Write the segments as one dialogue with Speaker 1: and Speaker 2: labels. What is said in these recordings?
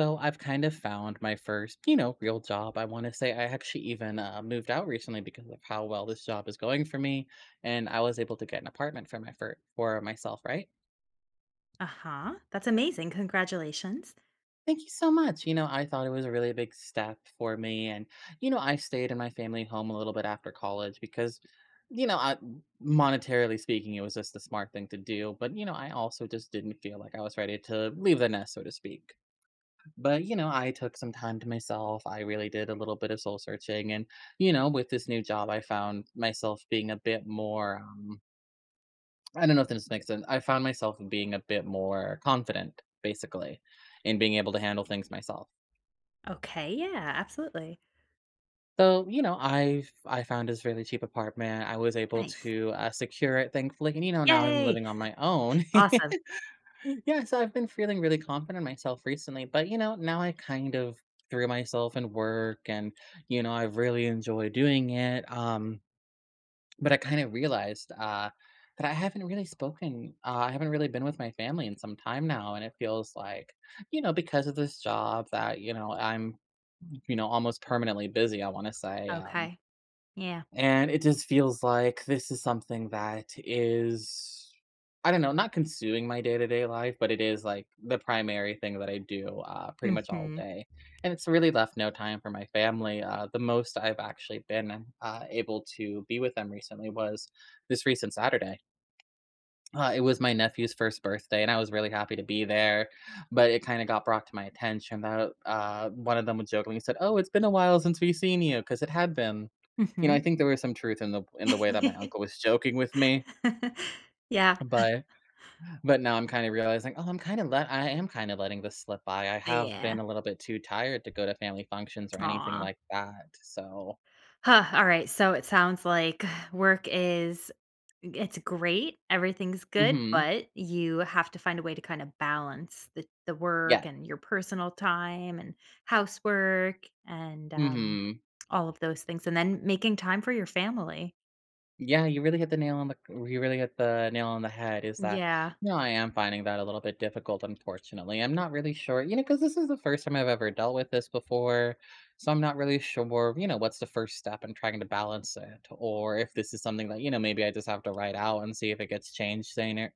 Speaker 1: So I've kind of found my first, you know, real job. I want to say I actually even moved out recently because of how well this job is going for me, and I was able to get an apartment for for myself, right?
Speaker 2: Uh-huh. That's amazing. Congratulations.
Speaker 1: Thank you so much. You know, I thought it was a really big step for me, and you know, I stayed in my family home a little bit after college because, you know, I, monetarily speaking, it was just the smart thing to do. But you know, I also just didn't feel like I was ready to leave the nest, so to speak. But, you know, I took some time to myself. I really did a little bit of soul searching. And, you know, with this new job, I found myself being a bit more, I don't know if this makes sense. I found myself being a bit more confident, basically, in being able to handle things myself.
Speaker 2: Okay, yeah, absolutely.
Speaker 1: So, you know, I found this really cheap apartment. I was able
Speaker 2: Nice.
Speaker 1: to secure it, thankfully. And, you know, now I'm
Speaker 2: Yay!
Speaker 1: living on my own.
Speaker 2: Awesome.
Speaker 1: Yeah, so I've been feeling really confident in myself recently, but you know, now I kind of threw myself in work and you know, I've really enjoyed doing it. But I kind of realized that I haven't really spoken, I haven't really been with my family in some time now, and it feels like, you know, because of this job that, you know, I'm, you know, almost permanently busy, I want to say.
Speaker 2: Okay. Yeah.
Speaker 1: And it just feels like this is something that is, I don't know, not consuming my day to day life, but it is like the primary thing that I do pretty much all
Speaker 2: Mhm.
Speaker 1: day. And it's really left no time for my family. The most I've actually been able to be with them recently was this recent Saturday. It was my nephew's first birthday, and I was really happy to be there, but it kinda got brought to my attention that, one of them was jokingly said, "Oh, it's been a while since we've seen you," because it had been. You know, I
Speaker 2: Mhm.
Speaker 1: think there was some truth in the way that my uncle was joking with me,
Speaker 2: Yeah.
Speaker 1: but now I'm kinda realizing, "Oh, I am kinda letting this slip by." I have
Speaker 2: Yeah.
Speaker 1: been a little bit too tired to go to family functions or anything
Speaker 2: Aw.
Speaker 1: like that, so
Speaker 2: Huh, all right, so it sounds like work is it's great, everything's good,
Speaker 1: Mhm.
Speaker 2: but you have to find a way to kind of balance the work
Speaker 1: Yes.
Speaker 2: and your personal time and housework and,
Speaker 1: Mhm.
Speaker 2: all of those things, and then making time for your family.
Speaker 1: Yeah, you really hit the nail on the you really hit the nail on the head is that,
Speaker 2: Yeah.
Speaker 1: you know, I am finding that a little bit difficult, unfortunately. I'm not really sure, you know, because this is the first time I've ever dealt with this before. So I'm not really sure, you know, what's the first step in trying to balance it, or if this is something that, you know, maybe I just have to write out and see if it gets changed later,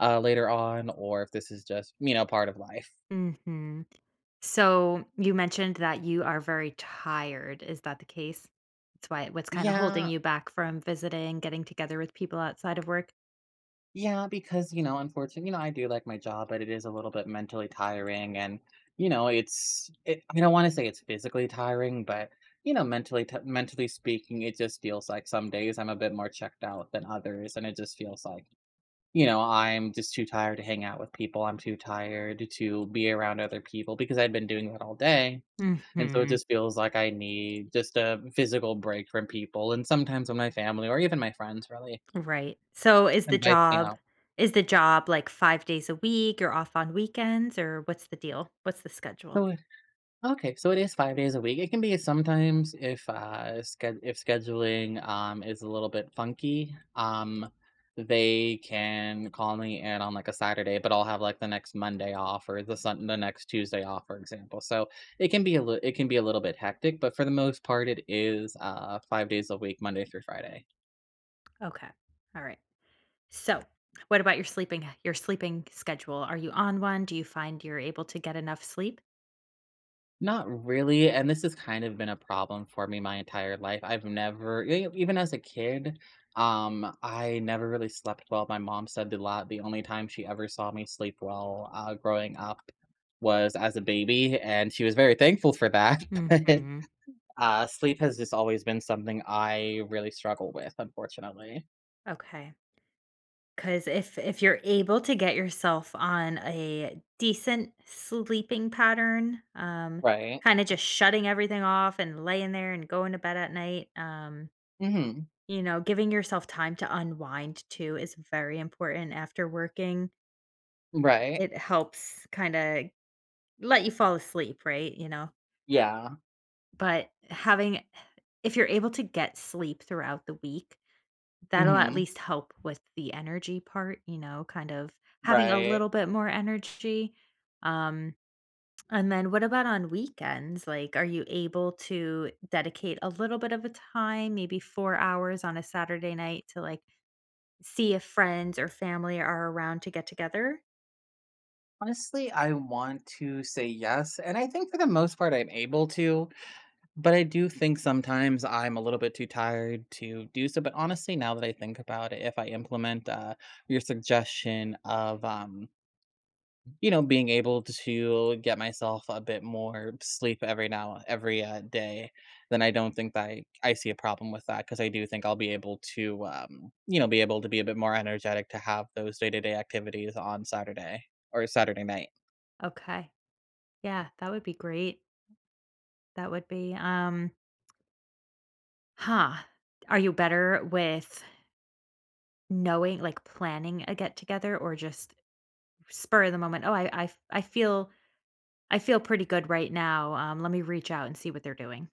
Speaker 1: later on, or if this is just, you know, part of life.
Speaker 2: Mhm. So, you mentioned that you are very tired, is that the case? That's why what's kinda holding
Speaker 1: Yeah,
Speaker 2: you back from visiting, getting together with people outside of work?
Speaker 1: Yeah, because, you know, unfortunately, you know, I do like my job, but it is a little bit mentally tiring and, you know, I don't want to say it's physically tiring, but you know, mentally speaking, it just feels like some days I'm a bit more checked out than others and it just feels like, you know, I'm just too tired to hang out with people. I'm too tired to be around other people because I've been doing that all day. And so it
Speaker 2: Mhm.
Speaker 1: just feels like I need just a physical break from people and sometimes when my family or even my friends really
Speaker 2: Right. So
Speaker 1: invites me out.
Speaker 2: is the job like 5 days a week? You're off on weekends or what's the deal? What's the schedule?
Speaker 1: So okay, so it is 5 days a week. It can be sometimes if, sched if scheduling, is a little bit funky, they can call me in on, like, a Saturday, but I'll have, like, the next Monday off or the next Tuesday off, for example. So, it can be a little bit hectic, but for the most part, it is, 5 days a week, Monday through Friday.
Speaker 2: Okay. All right. So, what about your sleeping schedule? Are you on one? Do you find you're able to get enough sleep?
Speaker 1: Not really, and this has kind of been a problem for me my entire life. I've never e e, Even as a kid, I never really slept well. My mom said a lot the only time she ever saw me sleep well, growing up was as a baby, and she was very thankful for that, but,
Speaker 2: Mhm.
Speaker 1: sleep has just always been something I really struggle with, unfortunately.
Speaker 2: Okay. Cuz if you're able to get yourself on a decent sleeping pattern, um,
Speaker 1: Right.
Speaker 2: kind of just shutting everything off and laying there and going to bed at night. Um,
Speaker 1: Mhm.
Speaker 2: you know, giving yourself time to unwind too is very important after working.
Speaker 1: Right.
Speaker 2: It helps kinda let you fall asleep, right,
Speaker 1: Yeah.
Speaker 2: But having if you're able to get sleep throughout the week, that'll at
Speaker 1: Mhm.
Speaker 2: least help with the energy part, you know, kind of having a
Speaker 1: Right.
Speaker 2: little bit more energy. Um, and then what about on weekends? Like, are you able to dedicate a little bit of a time, maybe 4 hours on a Saturday night to, like, see if friends or family are around to get together.
Speaker 1: Honestly, I want to say yes, and I think for the most part I'm able to, but I do think sometimes I'm a little bit too tired to do so. But honestly, now that I think about it, if I implement your suggestion of you know, being able to get myself a bit more sleep every day, then I don't think that I see a problem with that because I do think I'll be able to, you know, be able to be a bit more energetic to have those day to day activities on Saturday or Saturday night.
Speaker 2: Okay. Yeah, that would be great. That would be um, huh. Are you better with knowing, like, planning a get together or just spur of the moment? Oh, I feel pretty good right now. Um, let me reach out and see what they're doing.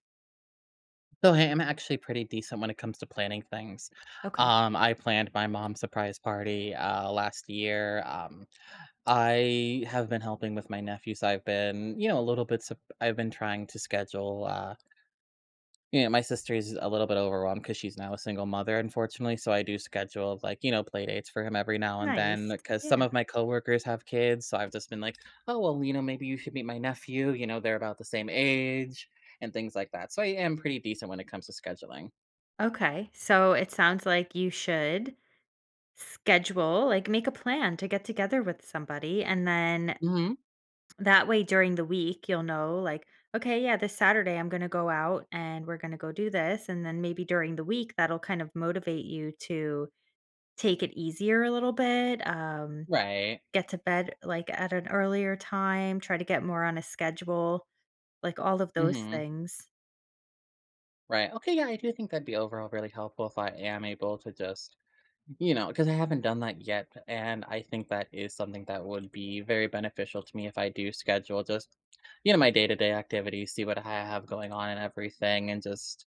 Speaker 1: So, I am actually pretty decent when it comes to planning things.
Speaker 2: Okay.
Speaker 1: I planned my mom's surprise party last year. I have been helping with my nephews. I've been, you know, a little bit. I've been trying to schedule. You know, my sister's a little bit overwhelmed because she's now a single mother, unfortunately. So I do schedule like you know play dates for him every now and then
Speaker 2: Nice.
Speaker 1: because some
Speaker 2: Yeah.
Speaker 1: of my coworkers have kids. So I've just been like, oh well, you know, maybe you should meet my nephew. You know, they're about the same age and things like that. So I am pretty decent when it comes to scheduling.
Speaker 2: Okay. So it sounds like you should schedule, like, make a plan to get together with somebody. And then
Speaker 1: Mhm.
Speaker 2: that way during the week, you'll know, like, okay, yeah, this Saturday I'm going to go out and we're going to go do this. And then maybe during the week, that'll kind of motivate you to take it easier a little bit,
Speaker 1: Right.
Speaker 2: get to bed like at an earlier time, try to get more on a schedule, like all of those
Speaker 1: Mhm.
Speaker 2: things.
Speaker 1: Right. Okay, yeah, I do think that'd be overall really helpful if I am able to just, you know because I haven't done that yet, and I think that is something that would be very beneficial to me if I do schedule just, you know, my day-to-day activities, see what I have going on and everything, and just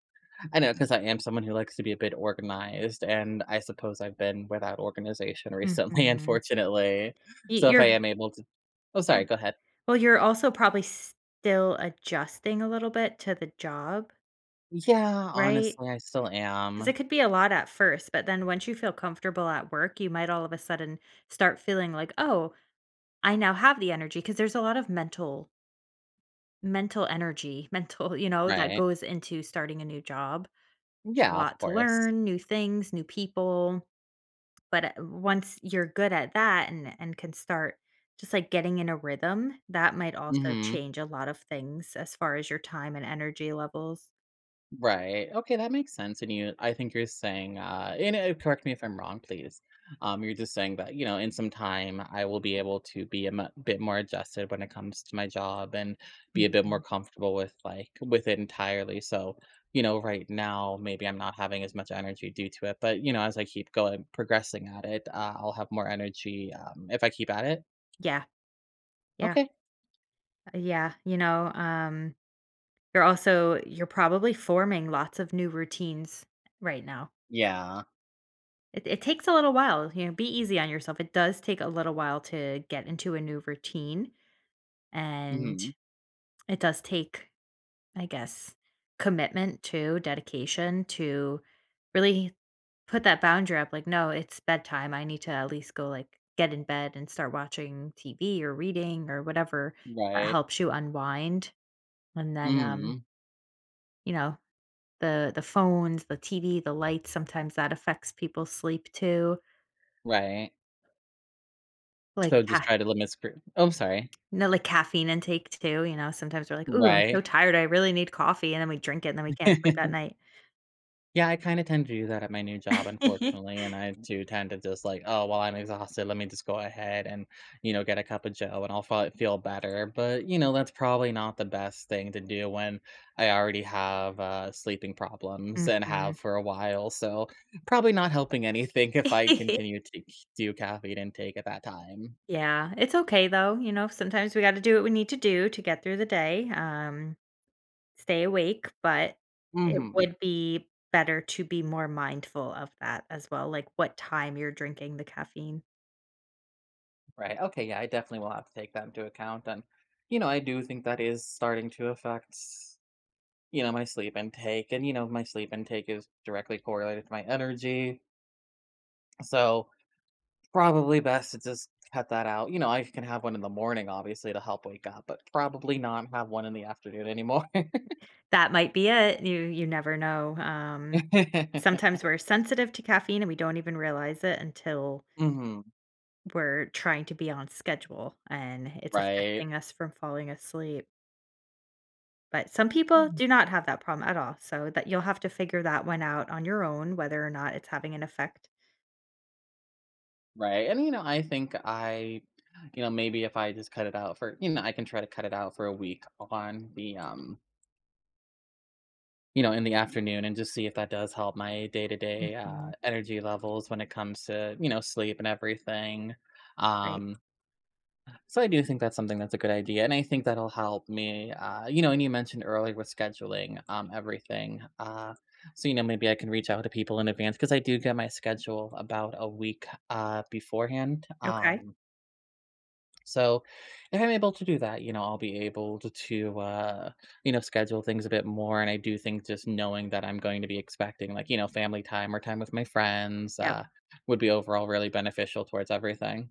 Speaker 1: I know because I am someone who likes to be a bit organized, and I suppose I've been without organization recently,
Speaker 2: Mhm.
Speaker 1: unfortunately. So if I
Speaker 2: You're,
Speaker 1: am able to Oh,
Speaker 2: yeah.
Speaker 1: sorry, go ahead.
Speaker 2: Well, you're also probably still adjusting a little bit to the job,
Speaker 1: Yeah,
Speaker 2: right?
Speaker 1: honestly, I still
Speaker 2: Because
Speaker 1: am.
Speaker 2: it could be a lot at first, but then once you feel comfortable at work, you might all of a sudden start feeling like, oh, I now have the energy. Because there's a lot of mental, mental energy, mental, you know, that
Speaker 1: Right.
Speaker 2: goes into starting a new job. A
Speaker 1: Yeah, of
Speaker 2: lot to
Speaker 1: course.
Speaker 2: learn, new things, new people. But once you're good at that and can start just like getting in a rhythm, that might also
Speaker 1: Mhm.
Speaker 2: change a lot of things as far as your time and energy levels.
Speaker 1: Right. Okay, that makes sense, and you I think you're saying, correct me if I'm wrong, please. You're just saying that, you know, in some time, I will be able to be a bit more adjusted when it comes to my job and be a bit more
Speaker 2: Mhm.
Speaker 1: comfortable with, with it entirely, so, you know, right now, maybe I'm not having as much energy due to it, but, you know, as I keep going progressing at it, I'll have more energy, if I keep at it.
Speaker 2: Yeah, yeah,
Speaker 1: Okay.
Speaker 2: yeah. You know, you're also you're probably forming lots of new routines right now.
Speaker 1: Yeah.
Speaker 2: It takes a little while, you know, be easy on yourself. It does take a little while to get into a new routine, and
Speaker 1: Mhm.
Speaker 2: it does take, I guess, commitment to dedication to really put that boundary up, like, "No, it's bedtime. I need to at least go, like, get in bed and start watching TV or reading or whatever that
Speaker 1: Right.
Speaker 2: helps you unwind." And then,
Speaker 1: Mhm.
Speaker 2: you know, the phones, the TV, the lights, sometimes that affects people's sleep too,
Speaker 1: Right.
Speaker 2: like
Speaker 1: So just
Speaker 2: ca
Speaker 1: try to limit screen oh, sorry.
Speaker 2: no, like caffeine intake too, you know, sometimes we're like, "Ooh, I'm so
Speaker 1: Right.
Speaker 2: tired, I really need coffee," and then we drink it, and then we can't sleep at night.
Speaker 1: Yeah, I kinda tend to do that at my new job, unfortunately, and I do tend to just like, "Oh, well, I'm exhausted, let me just go ahead and, you know, get a cup of joe and I'll probably feel better," but, you know, that's probably not the best thing to do when I already have, sleeping problems and have
Speaker 2: Mhm.
Speaker 1: for a while, so probably not helping anything if I continue to do caffeine intake at that time.
Speaker 2: Yeah, it's okay though, you know, sometimes we gotta do what we need to do to get through the day, stay awake, but it
Speaker 1: Mhm.
Speaker 2: would be better to be more mindful of that as well, like what time you're drinking the caffeine.
Speaker 1: Right. Okay. Yeah, I definitely will have to take that into account. And, you know, I do think that is starting to affect, you know, my sleep intake. And, you know, my sleep intake is directly correlated to my energy. So probably best to just cut that out. You know, I can have one in the morning, obviously, to help wake up, but probably not have one in the afternoon anymore.
Speaker 2: That might be it. You never know. Sometimes we're sensitive to caffeine and we don't even realize it until
Speaker 1: hmm
Speaker 2: we're trying to be on schedule and it's
Speaker 1: Right.
Speaker 2: affecting us from falling asleep. But some people
Speaker 1: Mhm.
Speaker 2: do not have that problem at all. So that you'll have to figure that one out on your own, whether or not it's having an effect.
Speaker 1: Right. And, you know, you know, maybe if I just cut it out for, you know, I can try to cut it out for a week on the, you know, in the afternoon and just see if that does help my day-to-day,
Speaker 2: Mhm.
Speaker 1: energy levels when it comes to, you know, sleep and everything.
Speaker 2: Right.
Speaker 1: Um, so I do think that's something that's a good idea, and I think that'll help me, you know, and you mentioned earlier with scheduling, everything, so, you know, maybe I can reach out to people in advance because I do get my schedule about a week, beforehand,
Speaker 2: Okay.
Speaker 1: so if I'm able to do that, you know, I'll be able to, you know, schedule things a bit more. And I do think just knowing that I'm going to be expecting like, you know, family time or time with my friends
Speaker 2: Yep.
Speaker 1: would be overall really beneficial towards everything.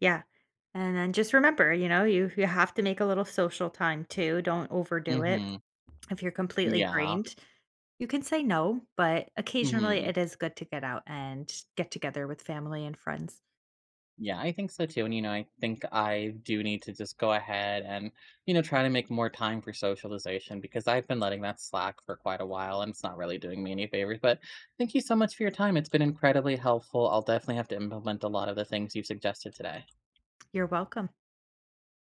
Speaker 2: Yeah. And then just remember, you know, you have to make a little social time too. Don't overdo it
Speaker 1: Mm-hmm.
Speaker 2: if you're completely
Speaker 1: Yeah.
Speaker 2: drained. You can say no, but occasionally
Speaker 1: Mm-hmm.
Speaker 2: it is good to get out and get together with family and friends.
Speaker 1: Yeah, I think so too, and, you know, I think I do need to just go ahead and, you know, try to make more time for socialization because I've been letting that slack for quite a while, and it's not really doing me any favors, but thank you so much for your time, it's been incredibly helpful, I'll definitely have to implement a lot of the things you suggested today.
Speaker 2: You're welcome.